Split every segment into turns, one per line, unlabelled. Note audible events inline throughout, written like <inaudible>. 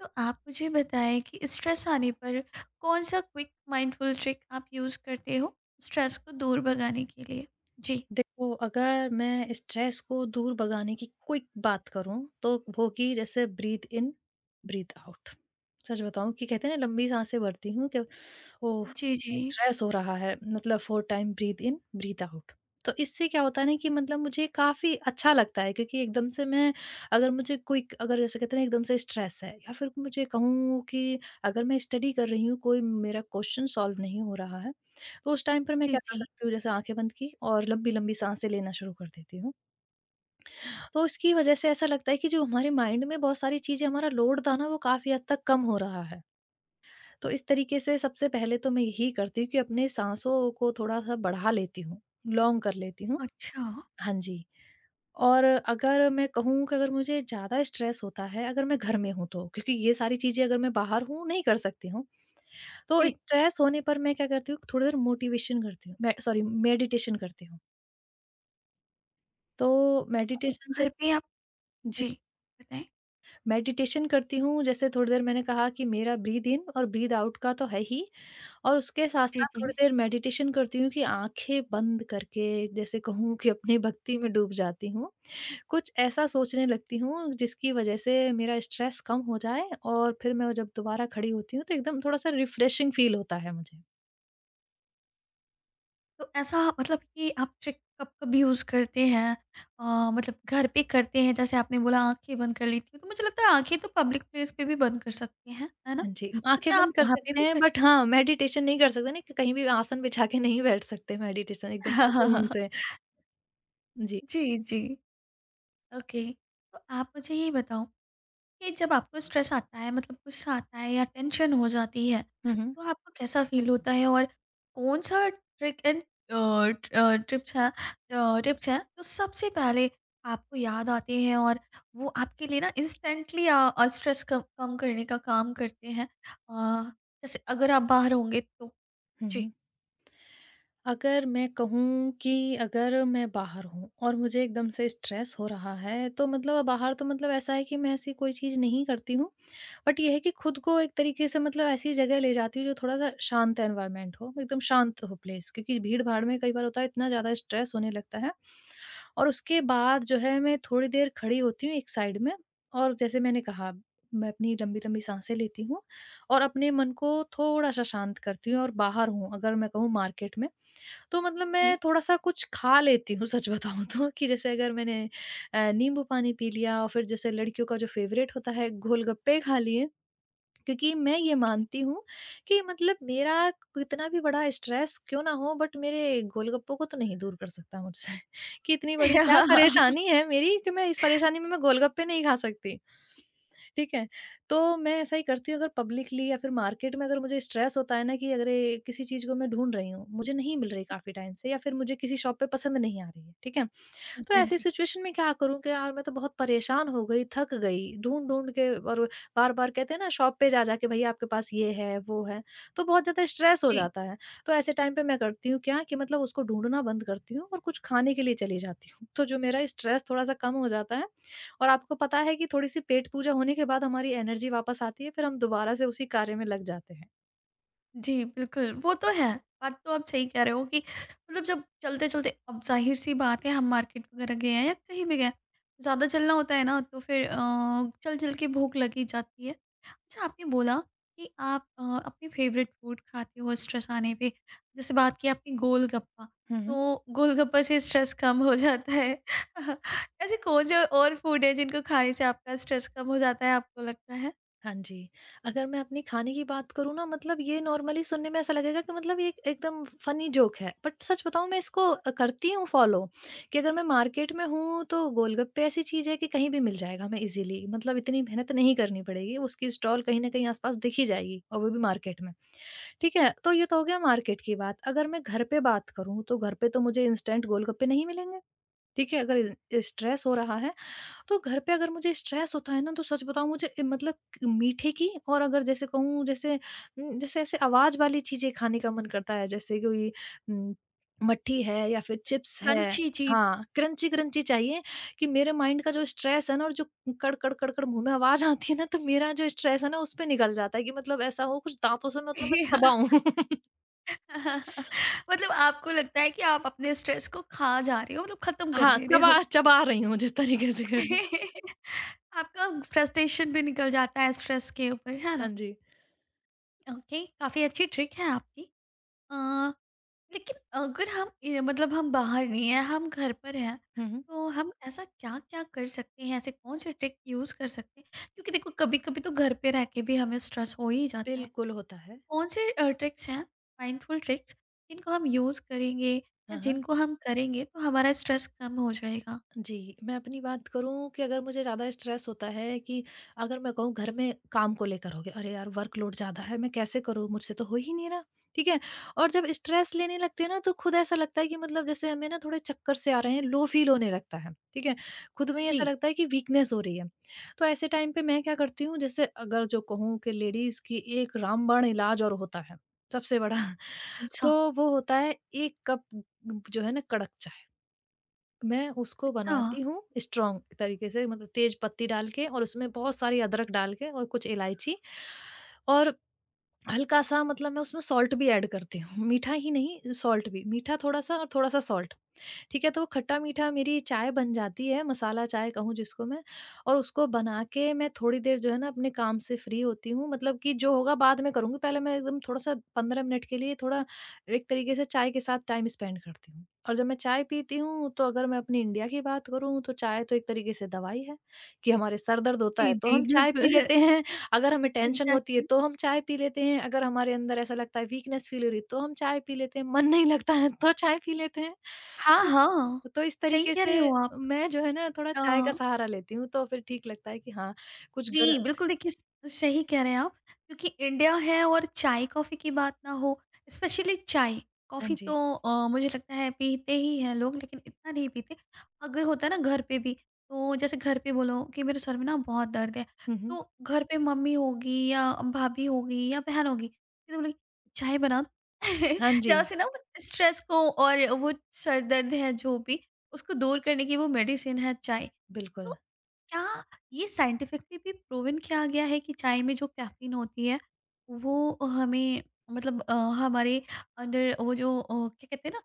तो आप मुझे बताएं कि स्ट्रेस आने पर कौन सा क्विक माइंडफुल ट्रिक आप यूज़ करते हो स्ट्रेस को दूर भगाने के लिए? जी।
देखो, अगर मैं स्ट्रेस को दूर भगाने की क्विक बात करूँ, तो वो होगी जैसे ब्रीथ इन, ब्रीथ आउट। सच बताऊँ कि कहते हैं ना लंबी साँसें भरती हूँ कि ओह!
जी, जी।
स्ट्रेस हो रहा है, मतलब 4 time breathe in, breathe out. तो इससे क्या होता है ना कि मतलब मुझे काफ़ी अच्छा लगता है क्योंकि एकदम से मैं अगर मुझे क्विक अगर जैसे कहते हैं ना एकदम से स्ट्रेस है या फिर मुझे कहूँ कि अगर मैं स्टडी कर रही हूँ, कोई मेरा क्वेश्चन सॉल्व नहीं हो रहा है तो उस टाइम पर मैं
जी,
क्या कर
जी।
सकती हूँ जैसे आँखें बंद की और लंबी-लंबी साँसें लेना शुरू कर देती हूँ। तो इसकी वजह से ऐसा लगता है कि जो हमारे माइंड में बहुत सारी चीज़ें हमारा लोड था ना वो काफ़ी हद तक कम हो रहा है। तो इस तरीके से सबसे पहले तो मैं यही करती हूँ कि अपने साँसों को थोड़ा-सा बढ़ा लेती हूँ, लॉन्ग कर लेती हूँ।
अच्छा।
हाँ जी। और अगर मैं कहूँ कि अगर मुझे ज़्यादा स्ट्रेस होता है अगर मैं घर में हूँ तो, क्योंकि ये सारी चीज़ें अगर मैं बाहर हूँ नहीं कर सकती हूँ। तो
जी,
स्ट्रेस होने पर मैं क्या करती हूँ थोड़ी देर मोटिवेशन करती हूँ, मैं सॉरी, मेडिटेशन करती हूँ। तो
तो
मेडिटेशन से
घर पे आप
जी,
जी, बताएँ।
मेडिटेशन करती हूँ जैसे थोड़ी देर मैंने कहा कि मेरा ब्रीथ इन और ब्रीथ आउट का तो है ही और उसके
जी,
साथ-साथ
जी।
थोड़ी देर मेडिटेशन करती हूँ कि आँखें बंद करके जैसे कहूँ कि अपनी भक्ति में डूब जाती हूँ। कुछ ऐसा सोचने लगती हूँ जिसकी वजह से मेरा स्ट्रेस कम हो जाए और फिर मैं जब दोबारा खड़ी होती हूँ तो एकदम थोड़ा-सा रिफ्रेशिंग फील होता है मुझे।
तो ऐसा मतलब कि आप ट्रिक कब-कब यूज़ करते हैं? मतलब घर पे करते हैं जैसे आपने बोला आँखें बंद कर लेती हूँ, तो मुझे लगता है आँखें तो पब्लिक प्लेस पे भी बंद कर सकते हैं, है ना?
हाँ जी,
तो
आँखें
क्या आप
बंद कर
वहाँ पे
सकते
भी
हैं
कर
बट हाँ, मेडिटेशन नहीं कर सकते ना कि कहीं भी आसन बिछा के नहीं बैठ सकते मेडिटेशन एकदम सुकून से।
<laughs>
जी।
जी, जी। ओके, तो आप मुझे ये बताओ कि जब आपको स्ट्रेस आता है मतलब गुस्सा आता है या टेंशन हो जाती है
हुँ, हुँ।
तो आपको कैसा फील होता है और कौन सा ट्रिक एंड ट्रिप्स है टिप्स है जो सबसे पहले आपको याद आते हैं और वो आपके लिए ना इंस्टेंटली स्ट्रेस कम कम करने का काम करते हैं। अ, जैसे अगर आप बाहर होंगे तो जी।
हुँ। अगर मैं कहूँ कि अगर मैं बाहर हूँ और मुझे एकदम से स्ट्रेस हो रहा है, तो मतलब बाहर तो मतलब ऐसा है कि मैं ऐसी कोई चीज़ नहीं करती हूँ बट ये है कि खुद को एक तरीके से मतलब ऐसी जगह ले जाती हूँ जो थोड़ा-सा शांत एनवायरनमेंट हो, एकदम शांत हो प्लेस, क्योंकि भीड़-भाड़ में कई बार होता है इतना ज़्यादा स्ट्रेस होने लगता है। और उसके बाद जो है मैं थोड़ी देर खड़ी होती हूँ एक साइड में और जैसे मैंने कहा मैं अपनी लंबी-लंबी साँसें लेती हूँ और अपने मन को थोड़ा-सा शांत करती हूँ। और बाहर हूँ अगर मैं कहूँ मार्केट में, तो मतलब मैं
ठीक
थोड़ा-सा कुछ खा लेती हूँ, सच बताऊँ तो, कि जैसे अगर मैंने नींबू पानी पी लिया और फिर जैसे लड़कियों का जो फ़ेवरेट होता है गोलगप्पे खा लिए, क्योंकि मैं ये मानती हूँ कि मतलब मेरा कितना भी बड़ा स्ट्रेस क्यों ना हो बट मेरे गोलगप्पों को तो नहीं दूर कर सकता मुझसे। <laughs> कि इतनी बड़ी
है।
क्या
हाँ
परेशानी है मेरी कि मैं इस परेशानी में मैं गोलगप्पे नहीं खा सकती, ठीक है। तो मैं ऐसा ही करती हूँ अगर पब्लिकली या फिर मार्केट में अगर मुझे स्ट्रेस होता है, ना कि अगर ये किसी चीज़ को मैं ढूंढ रही हूँ मुझे नहीं मिल रही काफ़ी टाइम से या फिर मुझे किसी शॉप पे पसंद नहीं आ रही है, ठीक है। तो
जी। <laughs> हाँ
ऐसी
जी।
सिचुएशन में क्या करूँ कि यार मैं तो बहुत परेशान हो गई, थक गई, ढूँढ-ढूँढ के। और बार-बार कहते हैं ना शॉप पे जा-जा के, भैया आपके पास ये है, वो है, तो बहुत ज़्यादा स्ट्रेस हो
जी।
जाता है। तो ऐसे टाइम पे मैं करती हूँ क्या कि मतलब उसको ढूँढना बंद करती हूँ और कुछ खाने के लिए चली जाती हूँ। तो जो मेरा स्ट्रेस थोड़ा-सा कम हो जाता है। और आपको पता है कि थोड़ी-सी पेट पूजा होने के बाद हमारी एनर्जी वापस आती है, फिर हम दोबारा से उसी कार्य में लग जाते हैं।
जी, बिल्कुल, वो तो है। बात तो आप सही कह रहे हो कि मतलब जब चलते-चलते, अब ज़ाहिर-सी बात है हम मार्केट वगैरह गए हैं या कहीं भी गए हैं, ज़्यादा चलना होता है ना तो फिर चल-चल के भूख लग ही जाती है। अच्छा, आपने बोला कि आप अपने फेवरेट फूड खाते हो स्ट्रेस आने पे, जैसे बात की आपने गोलगप्पा,
हुँ, हुँ।
तो गोलगप्पा से स्ट्रेस कम हो जाता है। <laughs> ऐसे कौन-सा और फूड है जिनको खाने से आपका स्ट्रेस कम हो जाता है, आपको लगता है?
हाँ जी। अगर मैं अपने खाने की बात करूँ, ना मतलब ये नॉर्मली सुनने में ऐसा लगेगा कि मतलब ये एकदम फ़नी जोक है। बट सच बताऊँ मैं इसको करती हूँ फ़ॉलो कि अगर मैं मार्केट में हूँ तो गोलगप्पे ऐसी चीज़ है कि कहीं भी मिल जाएगा हमें ईज़िली, मतलब इतनी मेहनत नहीं करनी पड़ेगी। उसकी स्टॉल कहीं न कहीं आस-पास दिख ही जाएगी और वो भी मार्केट में। ठीक है? तो ये तो हो गया मार्केट की बात। अगर मैं घर पे बात करूँ तो घर पे तो मुझे इंस्टेंट गोलगप्पे नहीं मिलेंगे। ठीक है? अगर स्ट्रेस हो रहा है तो घर पे अगर मुझे स्ट्रेस होता है ना तो सच बताऊँ मुझे मतलब मीठे की और अगर जैसे कहूँ, जैसे जैसे ऐसे आवाज़ वाली चीज़ें खाने का मन करता है, जैसे कोई उम, मट्ठी है या फिर चिप्स है।
क्रंची चीज़।
हाँ, क्रंची-क्रंची चाहिए कि मेरे माइंड का जो स्ट्रेस है ना और जो कड़ कड़ कड़ कड़ मुँह में आवाज़ आती है ना तो मेरा जो स्ट्रेस है ना उस पे निकल जाता है कि मतलब ऐसा हो कुछ दाँतों से, मतलब मैं
<laughs>
चबाऊँ। <laughs>
<laughs> मतलब आपको लगता है कि आप अपने स्ट्रेस को खा जा रहे हो, मतलब खत्म कर
हाँ,
दे रहे हो।
चबा चबा रही हूँ जिस तरीके से करें।
<laughs> आपका फ्रस्ट्रेशन भी निकल जाता है स्ट्रेस के ऊपर, है
हाँ
ना?
जी।
ओके, काफी अच्छी ट्रिक है आपकी। अ, लेकिन अगर हम मतलब हम बाहर नहीं है, हम घर पर हैं,
हुँ, हुँ।
तो हम ऐसा क्या क्या कर सकते हैं, ऐसे कौन से ट्रिक यूज कर सकते हैं? क्योंकि देखो कभी कभी तो घर पे रह के भी हमें स्ट्रेस हो ही जाता है।
बिल्कुल होता है।
कौन से ट्रिक्स हैं, माइंडफुल ट्रिक्स, जिनको हम यूज़ करेंगे या
हाँ, हाँ।
जिनको हम करेंगे तो हमारा स्ट्रेस कम हो जाएगा?
जी, मैं अपनी बात करूँ कि अगर मुझे ज़्यादा स्ट्रेस होता है कि अगर मैं कहूँ घर में काम को लेकर हो गया, अरे यार वर्कलोड ज़्यादा है, मैं कैसे करूँ? मुझसे तो हो ही नहीं रहा, ठीक है? और जब स्ट्रेस लेने लगते हैं ना तो खुद ऐसा लगता है कि मतलब जैसे हमें ना थोड़े चक्कर से आ रहे हैं, लो फील होने लगता है, ठीक है? खुद में ही
जी।
ऐसा लगता है कि वीकनेस हो रही है। तो ऐसे टाइम पे मैं क्या करती हूँ, जैसे अगर जो कहूँ कि लेडीज़ की एक रामबाण इलाज और होता है, सबसे बड़ा, <laughs>
अच्छा,
तो वो होता है 1 कप जो है ना, कड़क चाय। मैं उसको
अच्छा।
बनाती हूँ स्ट्रॉन्ग तरीके से, मतलब तेज पत्ती डाल के और उसमें बहुत सारी अदरक डाल के और कुछ इलायची। और हल्का सा, मतलब मैं उसमें सॉल्ट भी ऐड करती हूँ, मीठा ही नहीं सॉल्ट भी, मीठा थोड़ा सा और थोड़ा सा सॉल्ट। ठीक है? तो वो खट्टा मीठा मेरी चाय बन जाती है, मसाला चाय कहूँ जिसको मैं। और उसको बना के मैं थोड़ी देर जो है ना अपने काम से फ्री होती हूँ, मतलब कि जो होगा बाद में करूँगी, पहले मैं एकदम थोड़ा-सा 15 मिनट के लिए थोड़ा एक तरीके से चाय के साथ टाइम स्पेंड करती हूँ। और जब मैं चाय पीती हूँ, तो अगर मैं अपनी इंडिया की बात करूँ, तो चाय तो एक तरीके से दवाई है कि हमारे सर दर्द होता
जी,
है, तो
जी,
हम चाय
बिल्कुल।
पी
<laughs>
लेते हैं। अगर हमें टेंशन होती है,
एग्ज़ैक्टली।
तो हम चाय पी लेते हैं। अगर हमारे अंदर ऐसा लगता है वीकनेस फ़ील हो रही है, तो हम चाय पी लेते हैं। मन नहीं लगता है, तो चाय पी लेते हैं।
हाँ, हाँ।
तो इस
सही
तरीके
कह
से
रहे हो आप।
मैं जो है ना थोड़ा
अ
चाय का सहारा लेती हूँ तो फिर ठीक लगता है कि हाँ, कुछ गर
जी, बिल्कुल, देखिए स सही कह रहे हैं आप। क्योंकि इंडिया है और चाय-कॉफ़ी की बात ना हो, स्पेशली चाय।
हाँ
कॉफ़ी तो
जी।
मुझे लगता है पीते ही हैं लोग लेकिन इतना नहीं पीते। अगर होता है ना घर पे भी, तो जैसे घर पे बोलो कि मेरे सर में ना बहुत दर्द है,
हुँ, हुँ।
तो घर पे मम्मी होगी या भाभी होगी या बहन होगी, ये तो बोलेगी चाय बना दो।
हाँ
<laughs>
जी,
जहाँ से ना वो स्ट्रेस को और वो सर दर्द है जो भी, उसको दूर करने की वो मेडिसिन है चाय। तो
बिल्कुल।
क्या ये साइंटिफिकली भी प्रूवन किया गया है कि चाय में जो कैफ़ीन होती है, वो हमें मतलब अ, हमारे अंदर वो जो क्या कहते हैं ना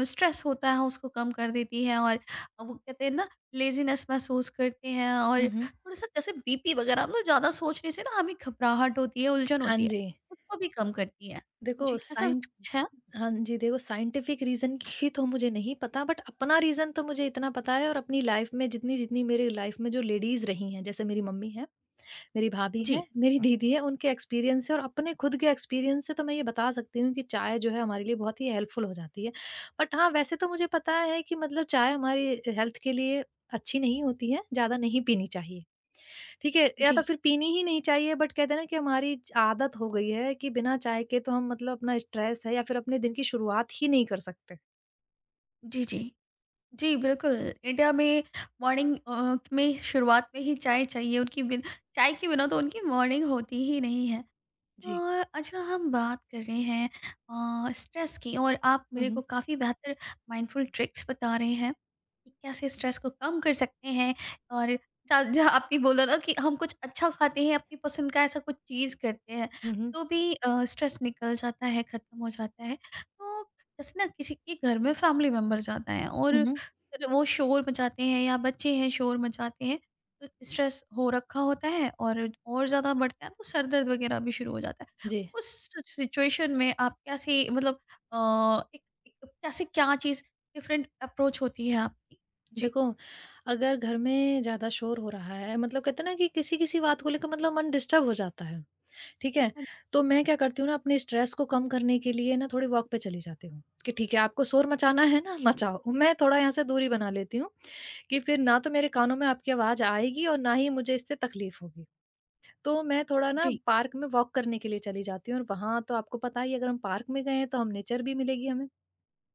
म स्ट्रेस होता है उसको कम कर देती है? और वो कहते हैं ना लेज़ीनेस महसूस करते हैं और
हुँ, हुँ।
थोड़ा-सा जैसे बीपी वग़ैरह, हम लोग ज़्यादा सोचने से ना हमें घबराहट होती है, उलझन
हाँ
होती है,
जी।
उसको भी कम करती है।
देखो
जी, ऐसा
साइन
कुछ है?
हाँ जी, देखो साइंटिफिक रीज़न ही तो मुझे नहीं पता, बट अपना रीज़न तो मुझे इतना पता है और अपनी लाइफ़ में जितनी-जितनी मेरी लाइफ़ में जो लेडीज़ रही हैं, जैसे मेरी मम्मी हैं। मेरी भाभी
जी,
हैं, मेरी दीदी है, उनके एक्सपीरियंस से और अपने खुद के एक्सपीरियंस से तो मैं ये बता सकती हूँ कि चाय जो है हमारे लिए बहुत ही हेल्पफुल हो जाती है। बट हाँ, वैसे तो मुझे पता है कि मतलब चाय हमारी हेल्थ के लिए अच्छी नहीं होती है, ज़्यादा नहीं पीनी चाहिए, ठीक है? या तो
जी,
फिर पीनी ही नहीं चाहिए बट कहते हैं ना कि हमारी आदत हो गई है कि बिना चाय के तो हम, मतलब अपना स्ट्रेस है या फिर अपने दिन की शुरुआत ही नहीं कर सकते।
जी, जी। जी, बिल्कुल। इंडिया में मॉर्निंग में शुरुआत में ही चाय चाहिए उनकी, बिन चाय के बिना तो उनकी मॉर्निंग होती ही नहीं है।
जी।
अच्छा, हम बात कर रहे हैं स्ट्रेस की और आप
हुँ,
मेरे को
हुँ।
काफ़ी बेहतर माइंडफुल ट्रिक्स बता रहे हैं कि कैसे स्ट्रेस को कम कर सकते हैं, और जहाँ जहाँ आपने बोला ना कि हम कुछ अच्छा खाते हैं, अपनी पसंद का ऐसा कुछ चीज़ करते हैं
हुँ, हुँ।
तो भी स्ट्रेस निकल जाता है, ख़त्म हो जाता है। तो जैसे ना किसी के घर में फैमिली मेम्बर जाता है
हुँ,
और
हुँ।
फिर वो शोर मचाते हैं या बच्चे हैं शोर मचाते हैं, तो स्ट्रेस हो रखा होता है और ज़्यादा बढ़ता है तो सर दर्द वगैरह भी शुरू हो जाता है।
जी।
उस सिचुएशन में आप कैसे, मतलब अ, एक एक कैसे क्या चीज़ डिफरेंट अप्रोच होती है आपकी? जी।
देखो, अगर घर में ज़्यादा शोर हो रहा है मतलब कहते हैं ना कि किसी-किसी बात को लेकर मतलब मन डिस्टर्ब हो जाता है, ठीक है?
हाँ
तो मैं क्या करती हूँ ना अपने स्ट्रेस को कम करने के लिए ना थोड़ी वॉक पे चली जाती हूँ, कि ठीक है आपको शोर मचाना है ना मचाओ। मैं थोड़ा यहाँ से दूरी बना लेती हूँ, कि फिर ना तो मेरे कानों में आपकी आवाज़ आएगी और ना ही मुझे इससे तकलीफ़ होगी। तो मैं थोड़ा ना
जी,
पार्क में वॉक करने के लिए चली जाती हूँ और वहाँ तो आपको पता ही है अगर हम पार्क में गए हैं तो हम नेचर भी मिलेगी हमें।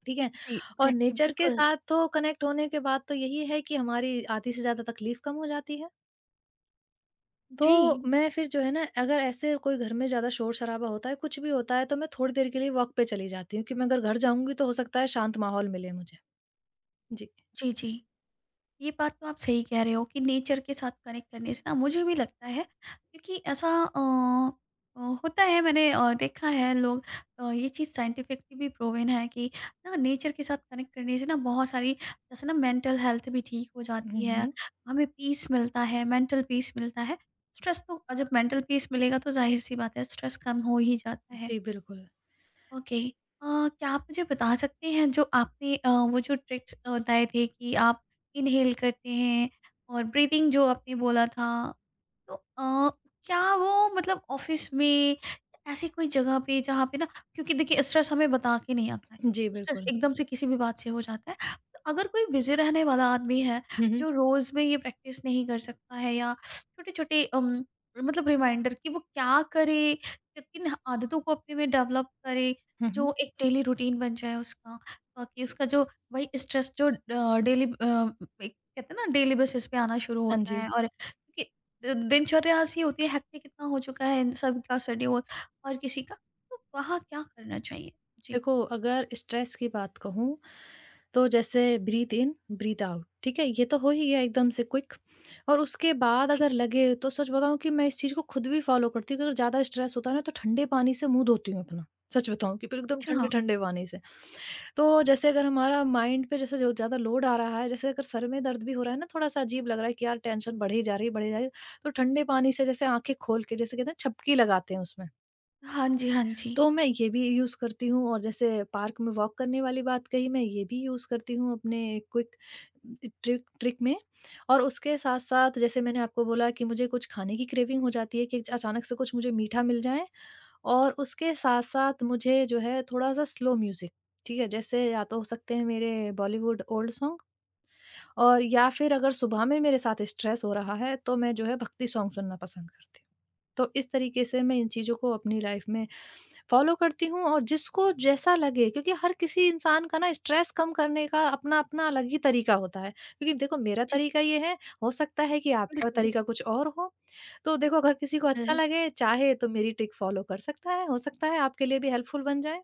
ठीक है?
जी,
और
एग्ज़ैक्टली,
नेचर के
बिल्कुल।
साथ तो कनेक्ट होने के बाद तो यही है कि हमारी आधी से ज़्यादा तकलीफ़ कम हो जाती है। तो
जी,
मैं फिर जो है ना अगर ऐसे कोई घर में ज़्यादा शोर-शराबा होता है, कुछ भी होता है तो मैं थोड़ी देर के लिए वॉक पे चली जाती हूँ कि मैं अगर घर जाऊँगी तो हो सकता है शांत माहौल मिले मुझे। जी।
जी, जी। ये बात तो आप सही कह रहे हो कि नेचर के साथ कनेक्ट करने से ना मुझे भी लगता है क्योंकि ऐसा होता है, मैंने देखा है लोग, ये चीज़ साइंटिफिकली भी प्रूवन है कि ना नेचर के साथ कनेक्ट करने से ना बहुत सारी जैसे ना मेंटल हेल्थ भी ठीक हो
हुँ,
जाती है,
हुँ।
हमें पीस मिलता है, मेंटल पीस मिलता है। स्ट्रेस तो जब मेंटल पीस मिलेगा तो जाहिर सी बात है स्ट्रेस कम हो ही जाता है।
जी, बिल्कुल।
ओके, क्या आप मुझे बता सकते हैं जो आपने वो जो ट्रिक्स बताए थे कि आप इनहेल करते हैं और ब्रीदिंग जो आपने बोला था, तो क्या वो मतलब ऑफिस में ऐसी कोई जगह पे जहाँ पे ना, क्योंकि देखिए स्ट्रेस हमें बता के नहीं आता है।
जी,
स्ट्रेस
बिल्कुल।
एकदम से किसी भी बात से हो जाता है। तो अगर कोई बिज़ी रहने वाला आदमी है
हुँ, हुँ।
जो रोज़ में ये प्रैक्टिस नहीं कर सकता है, या छोटे-छोटे मतलब रिमाइंडर, कि वो क्या करे, कि किन आदतों को अपने में डेवलप करे
हुँ, हुँ।
जो एक डेली रूटीन बन जाए उसका, ताकि उसका जो वही स्ट्रेस जो डेली एक कहते हैं ना डेली बेसिस पे आना शुरू
हाँ
होता है
जी।
और क्योंकि दिनचर्या ऐसी होती है, हेक्टिक इतना हो चुका है इन सब का शेड्यूल और किसी का, तो वहाँ क्या करना चाहिए? जी।
देखो, अगर स्ट्रेस की बात कहूँ तो जैसे ब्रीथ इन ब्रीथ आउट, ठीक है, ये तो हो ही गया एकदम से क्विक। और उसके बाद
जी।
अगर लगे तो सच बताऊं कि मैं इस चीज को खुद भी फॉलो करती हूँ। अगर ज्यादा स्ट्रेस होता है ना तो ठंडे पानी से मुंह धोती हूँ अपना। सच बताऊं कि फिर एकदम
अच्छा।
ठंडे ठंडे पानी से। तो जैसे अगर हमारा माइंड पे जैसे जो ज्यादा लोड आ रहा है, जैसे अगर सर में दर्द भी हो रहा है ना, थोड़ा सा अजीब लग रहा है कि यार टेंशन बढ़ी जा रही है, बढ़ी जा रही है। तो ठंडे पानी से जैसे आंखें खोल के जैसे कहते हैं छपकी लगाते हैं उसमें।
हाँ जी, हाँ जी।
तो मैं ये भी यूज़ करती हूँ, और जैसे पार्क में वॉक करने वाली बात कही, मैं ये भी यूज़ करती हूँ अपने क्विक ट्रिक ट्रिक में। और उसके साथ-साथ जैसे मैंने आपको बोला कि मुझे कुछ खाने की क्रेविंग हो जाती है कि अचानक से कुछ मुझे मीठा मिल जाए। और उसके साथ-साथ मुझे जो है थोड़ा-सा स्लो म्यूज़िक, ठीक है? जैसे या तो हो सकते हैं मेरे बॉलीवुड ओल्ड सॉन्ग, और या फिर अगर सुबह में मेरे साथ स्ट्रेस हो रहा है, तो मैं जो है भक्ति सॉन्ग सुनना पसंद करती हूँ। तो इस तरीके से मैं इन चीज़ों को अपनी लाइफ़ में फॉलो करती हूँ, और जिसको जैसा लगे, क्योंकि हर किसी इंसान का ना स्ट्रेस कम करने का अपना-अपना अलग ही तरीका होता है। क्योंकि देखो मेरा
जी,
तरीका ये है, हो सकता है कि आपका तरीका कुछ और हो। तो देखो अगर किसी को अच्छा
बिल्कुल।
लगे, चाहे तो मेरी ट्रिक फॉलो कर सकता है, हो सकता है आपके लिए भी हेल्पफुल बन जाए।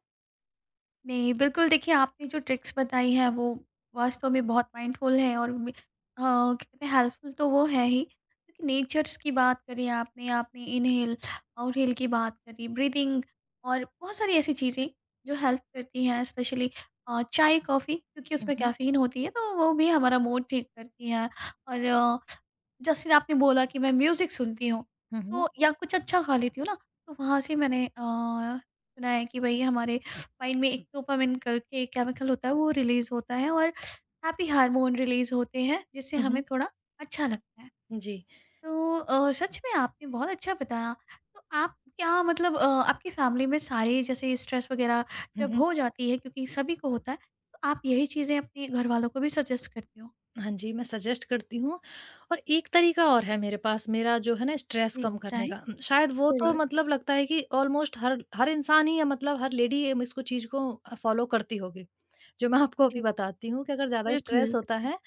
नहीं, बिल्कुल, देखिए आपने जो ट्रिक्स बताई हैं वो वास्तव में बहुत माइंडफुल हैं और क्या कहते हैं हेल्पफुल, तो वो है ही क्योंकि नेचर्स की बात करी आपने, आपने इनहेल, आउटहेल की बात करी, ब्रीथिंग, और बहुत सारी ऐसी चीज़ें जो हेल्प करती हैं, स्पेशली चाय, कॉफ़ी, क्योंकि
हुँ,
उसमें
हुँ।
कैफ़ीन होती है तो वो भी हमारा मूड ठीक करती है। और जैसे आपने बोला कि मैं म्यूज़िक सुनती हूँ,
हुँ, हुँ।
तो या कुछ अच्छा खा लेती हूँ ना, तो वहाँ से मैंने सुना है कि भई हमारे माइंड में एक डोपामाइन करके केमिकल होता है, वो रिलीज़ होता है और हैप्पी हार्मोन रिलीज़ होते हैं, जिससे
हुँ,
हमें
हुँ।
थोड़ा अच्छा लगता है।
जी।
तो सच में आपने बहुत अच्छा बताया। तो आप क्या मतलब आपकी फ़ैमिली में सारे जैसे स्ट्रेस वग़ैरह जब हो जाती है क्योंकि सभी को होता है, तो आप यही चीज़ें अपने घरवालों को भी सजेस्ट करते हो?
हाँ जी, मैं सजेस्ट करती हूँ। और एक तरीका और है मेरे पास मेरा जो है ना स्ट्रेस
जी।
कम करने
बताएँ।
का। शायद वो तो
ज़रूर,
मतलब लगता है कि ऑलमोस्ट हर हर इंसान ही या मतलब हर लेडी इसको चीज़ को फ़ॉलो करती होगी। जो मैं आपको अभी
जी,
बताती हूँ कि अगर ज़्यादा
बिल्कुल।
स्ट्रेस होता
बताएं।
है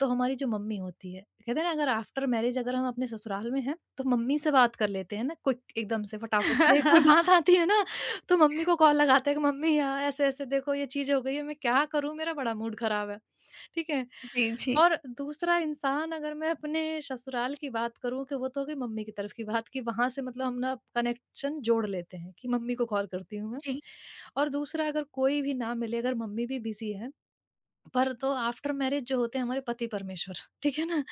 तो हमारी जो मम्मी होती है, कहते हैं ना अगर आफ्टर मैरिज अगर हम अपने ससुराल में हैं तो मम्मी से बात कर लेते हैं ना क्विक एकदम से फटाफट से कोई बात
<laughs>
आती है ना, तो मम्मी को कॉल लगाते हैं कि मम्मी ऐसे-ऐसे देखो ये चीज़ हो गई है, मैं क्या करूँ? मेरा बड़ा मूड ख़राब है। ठीक है?
जी, जी।
और दूसरा इंसान, अगर मैं अपने ससुराल की बात करूँ कि वो तो हो गई मम्मी की तरफ की बात कि वहाँ से मतलब हम ना कनेक्शन जोड़ लेते हैं कि मम्मी को कॉल करती हूँ मैं।
जी,
और दूसरा अगर कोई भी ना मिले, अगर मम्मी भी बिज़ी है, पर तो आफ्टर मैरिज जो होते हैं हमारे पति परमेश्वर, ठीक है ना?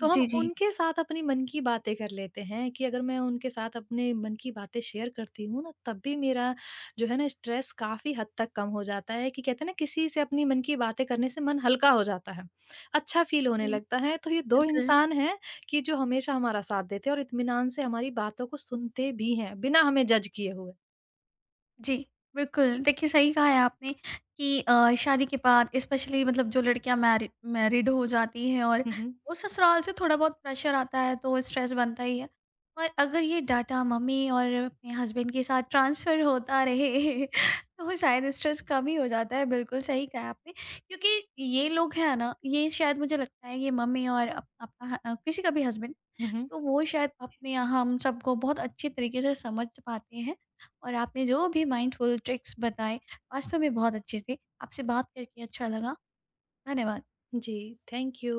तो हम
जी, जी,
उनके साथ अपनी मन की बातें कर लेते हैं कि अगर मैं उनके साथ अपने मन की बातें शेयर करती हूँ ना तब भी मेरा जो है ना स्ट्रेस काफ़ी हद तक कम हो जाता है कि कहते हैं ना किसी से अपनी मन की बातें करने से मन हल्का हो जाता है। अच्छा फ़ील होने
जी,
लगता है। तो ये 2
बिल्कुल।
इंसान हैं कि जो हमेशा हमारा साथ देते हैं और इत्मीनान से हमारी बातों को सुनते भी हैं बिना हमें जज किए हुए।
जी, बिल्कुल, देखिए सही कहा है आपने कि शादी के बाद, स्पेशली, मतलब जो लड़कियाँ मैरिड हो जाती हैं और
हुँ, हुँ।
वो ससुराल से थोड़ा बहुत प्रेशर आता है तो स्ट्रेस बनता ही है। और अगर ये डाटा मम्मी और अपने हस्बैंड के साथ ट्रांसफ़र होता रहे <laughs> तो शायद स्ट्रेस कम ही हो जाता है, बिल्कुल सही कहा आपने। क्योंकि ये लोग हैं ना, ये शायद मुझे लगता है ये मम्मी और अप आपका किसी का भी हस्बैंड,
हुँ, हुँ।
तो वो शायद अपने यहाँ हम सबको बहुत अच्छे तरीके से समझ पाते हैं। और आपने जो भी माइंडफुल ट्रिक्स बताए वास्तव में बहुत अच्छे थे। आपसे बात करके अच्छा लगा। धन्यवाद।
जी, थैंक यू।